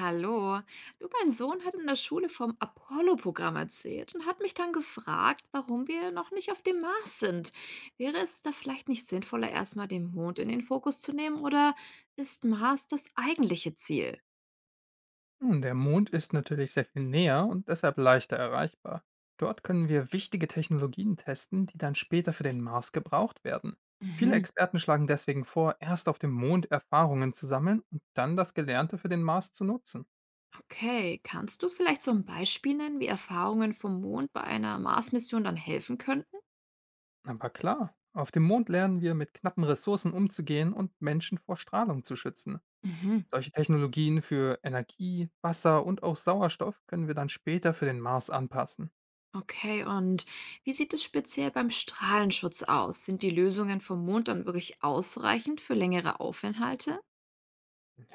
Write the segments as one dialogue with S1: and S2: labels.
S1: Hallo. Du, mein Sohn hat in der Schule vom Apollo-Programm erzählt und hat mich dann gefragt, warum wir noch nicht auf dem Mars sind. Wäre es da vielleicht nicht sinnvoller, erstmal den Mond in den Fokus zu nehmen oder ist Mars das eigentliche Ziel?
S2: Nun, der Mond ist natürlich sehr viel näher und deshalb leichter erreichbar. Dort können wir wichtige Technologien testen, die dann später für den Mars gebraucht werden. Viele
S1: Mhm.
S2: Experten schlagen deswegen vor, erst auf dem Mond Erfahrungen zu sammeln und dann das Gelernte für den Mars zu nutzen.
S1: Okay, kannst du vielleicht so ein Beispiel nennen, wie Erfahrungen vom Mond bei einer Mars-Mission dann helfen könnten?
S2: Aber klar, auf dem Mond lernen wir, mit knappen Ressourcen umzugehen und Menschen vor Strahlung zu schützen.
S1: Mhm.
S2: Solche Technologien für Energie, Wasser und auch Sauerstoff können wir dann später für den Mars anpassen.
S1: Okay, und wie sieht es speziell beim Strahlenschutz aus? Sind die Lösungen vom Mond dann wirklich ausreichend für längere Aufenthalte?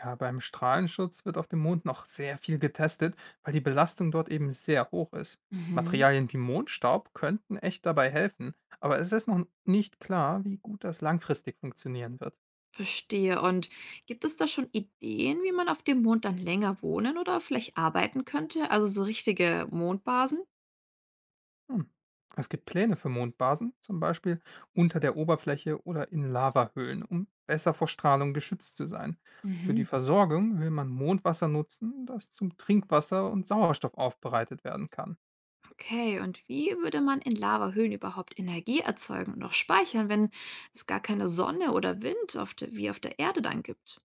S2: Ja, beim Strahlenschutz wird auf dem Mond noch sehr viel getestet, weil die Belastung dort eben sehr hoch ist.
S1: Mhm,
S2: Materialien wie Mondstaub könnten echt dabei helfen, aber es ist noch nicht klar, wie gut das langfristig funktionieren wird.
S1: verstehe. Und gibt es da schon Ideen, wie man auf dem Mond dann länger wohnen oder vielleicht arbeiten könnte? Also so richtige Mondbasen?
S2: Hm. Es gibt Pläne für Mondbasen, zum Beispiel unter der Oberfläche oder in Lavahöhlen, um besser vor Strahlung geschützt zu sein. Für die
S1: Mhm.
S2: Versorgung will man Mondwasser nutzen, das zum Trinkwasser und Sauerstoff aufbereitet werden kann.
S1: Okay, und wie würde man in Lavahöhlen überhaupt Energie erzeugen und auch speichern, wenn es gar keine Sonne oder Wind auf der, wie auf der Erde dann gibt?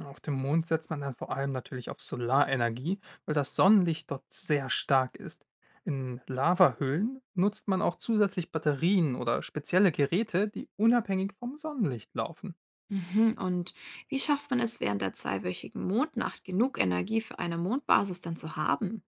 S2: Auf dem Mond setzt man dann vor allem natürlich auf Solarenergie, weil das Sonnenlicht dort sehr stark ist. In Lavahöhlen nutzt man auch zusätzlich Batterien oder spezielle Geräte, die unabhängig vom Sonnenlicht laufen.
S1: Mhm, und wie schafft man es während der zweiwöchigen Mondnacht genug Energie für eine Mondbasis dann zu haben?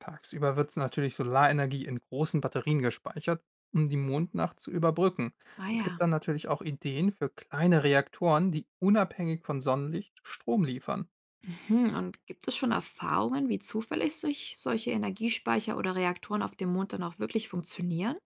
S2: Tagsüber wird natürlich Solarenergie in großen Batterien gespeichert, um die Mondnacht zu überbrücken.
S1: Ah
S2: Es gibt
S1: ja.
S2: dann natürlich auch Ideen für kleine Reaktoren, die unabhängig von Sonnenlicht Strom liefern.
S1: Mhm. Und gibt es schon Erfahrungen, wie zuverlässig solche Energiespeicher oder Reaktoren auf dem Mond dann auch wirklich funktionieren?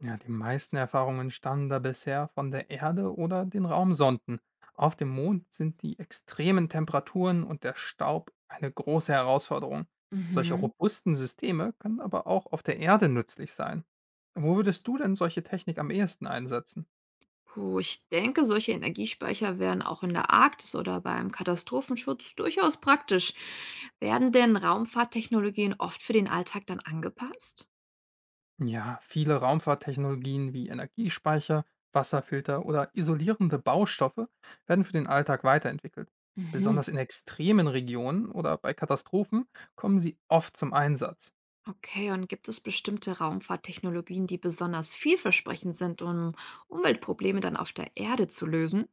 S2: Ja, die meisten Erfahrungen stammen da bisher von der Erde oder den Raumsonden. Auf dem Mond sind die extremen Temperaturen und der Staub eine große Herausforderung. Solche
S1: Mhm.
S2: robusten Systeme können aber auch auf der Erde nützlich sein. Wo würdest du denn solche Technik am ehesten einsetzen?
S1: Puh, ich denke, solche Energiespeicher wären auch in der Arktis oder beim Katastrophenschutz durchaus praktisch. Werden denn Raumfahrttechnologien oft für den Alltag dann angepasst?
S2: Ja, viele Raumfahrttechnologien wie Energiespeicher, Wasserfilter oder isolierende Baustoffe werden für den Alltag weiterentwickelt.
S1: Mhm.
S2: Besonders in extremen Regionen oder bei Katastrophen kommen sie oft zum Einsatz.
S1: Okay, und gibt es bestimmte Raumfahrttechnologien, die besonders vielversprechend sind, um Umweltprobleme dann auf der Erde zu lösen?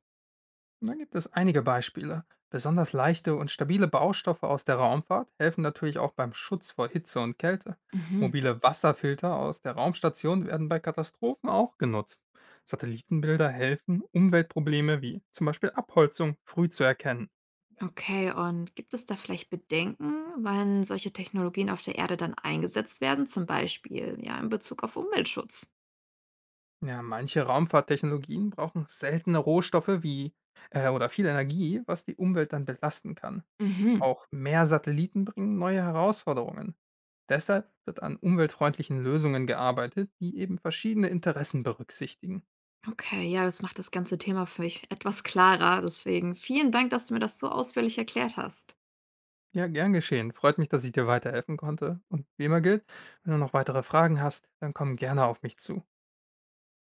S2: Da gibt es einige Beispiele. Besonders leichte und stabile Baustoffe aus der Raumfahrt helfen natürlich auch beim Schutz vor Hitze und Kälte.
S1: Mhm.
S2: Mobile Wasserfilter aus der Raumstation werden bei Katastrophen auch genutzt. Satellitenbilder helfen, Umweltprobleme wie zum Beispiel Abholzung früh zu erkennen.
S1: Okay, und gibt es da vielleicht Bedenken, wann solche Technologien auf der Erde dann eingesetzt werden, zum Beispiel ja in Bezug auf Umweltschutz?
S2: Ja, manche Raumfahrttechnologien brauchen seltene Rohstoffe wie oder viel Energie, was die Umwelt dann belasten kann.
S1: Mhm.
S2: Auch mehr Satelliten bringen neue Herausforderungen. Deshalb wird an umweltfreundlichen Lösungen gearbeitet, die eben verschiedene Interessen berücksichtigen.
S1: Okay, ja, das macht das ganze Thema für mich etwas klarer. Deswegen vielen Dank, dass du mir das so ausführlich erklärt hast.
S2: Ja, gern geschehen. Freut mich, dass ich dir weiterhelfen konnte. Und wie immer gilt, wenn du noch weitere Fragen hast, dann komm gerne auf mich zu.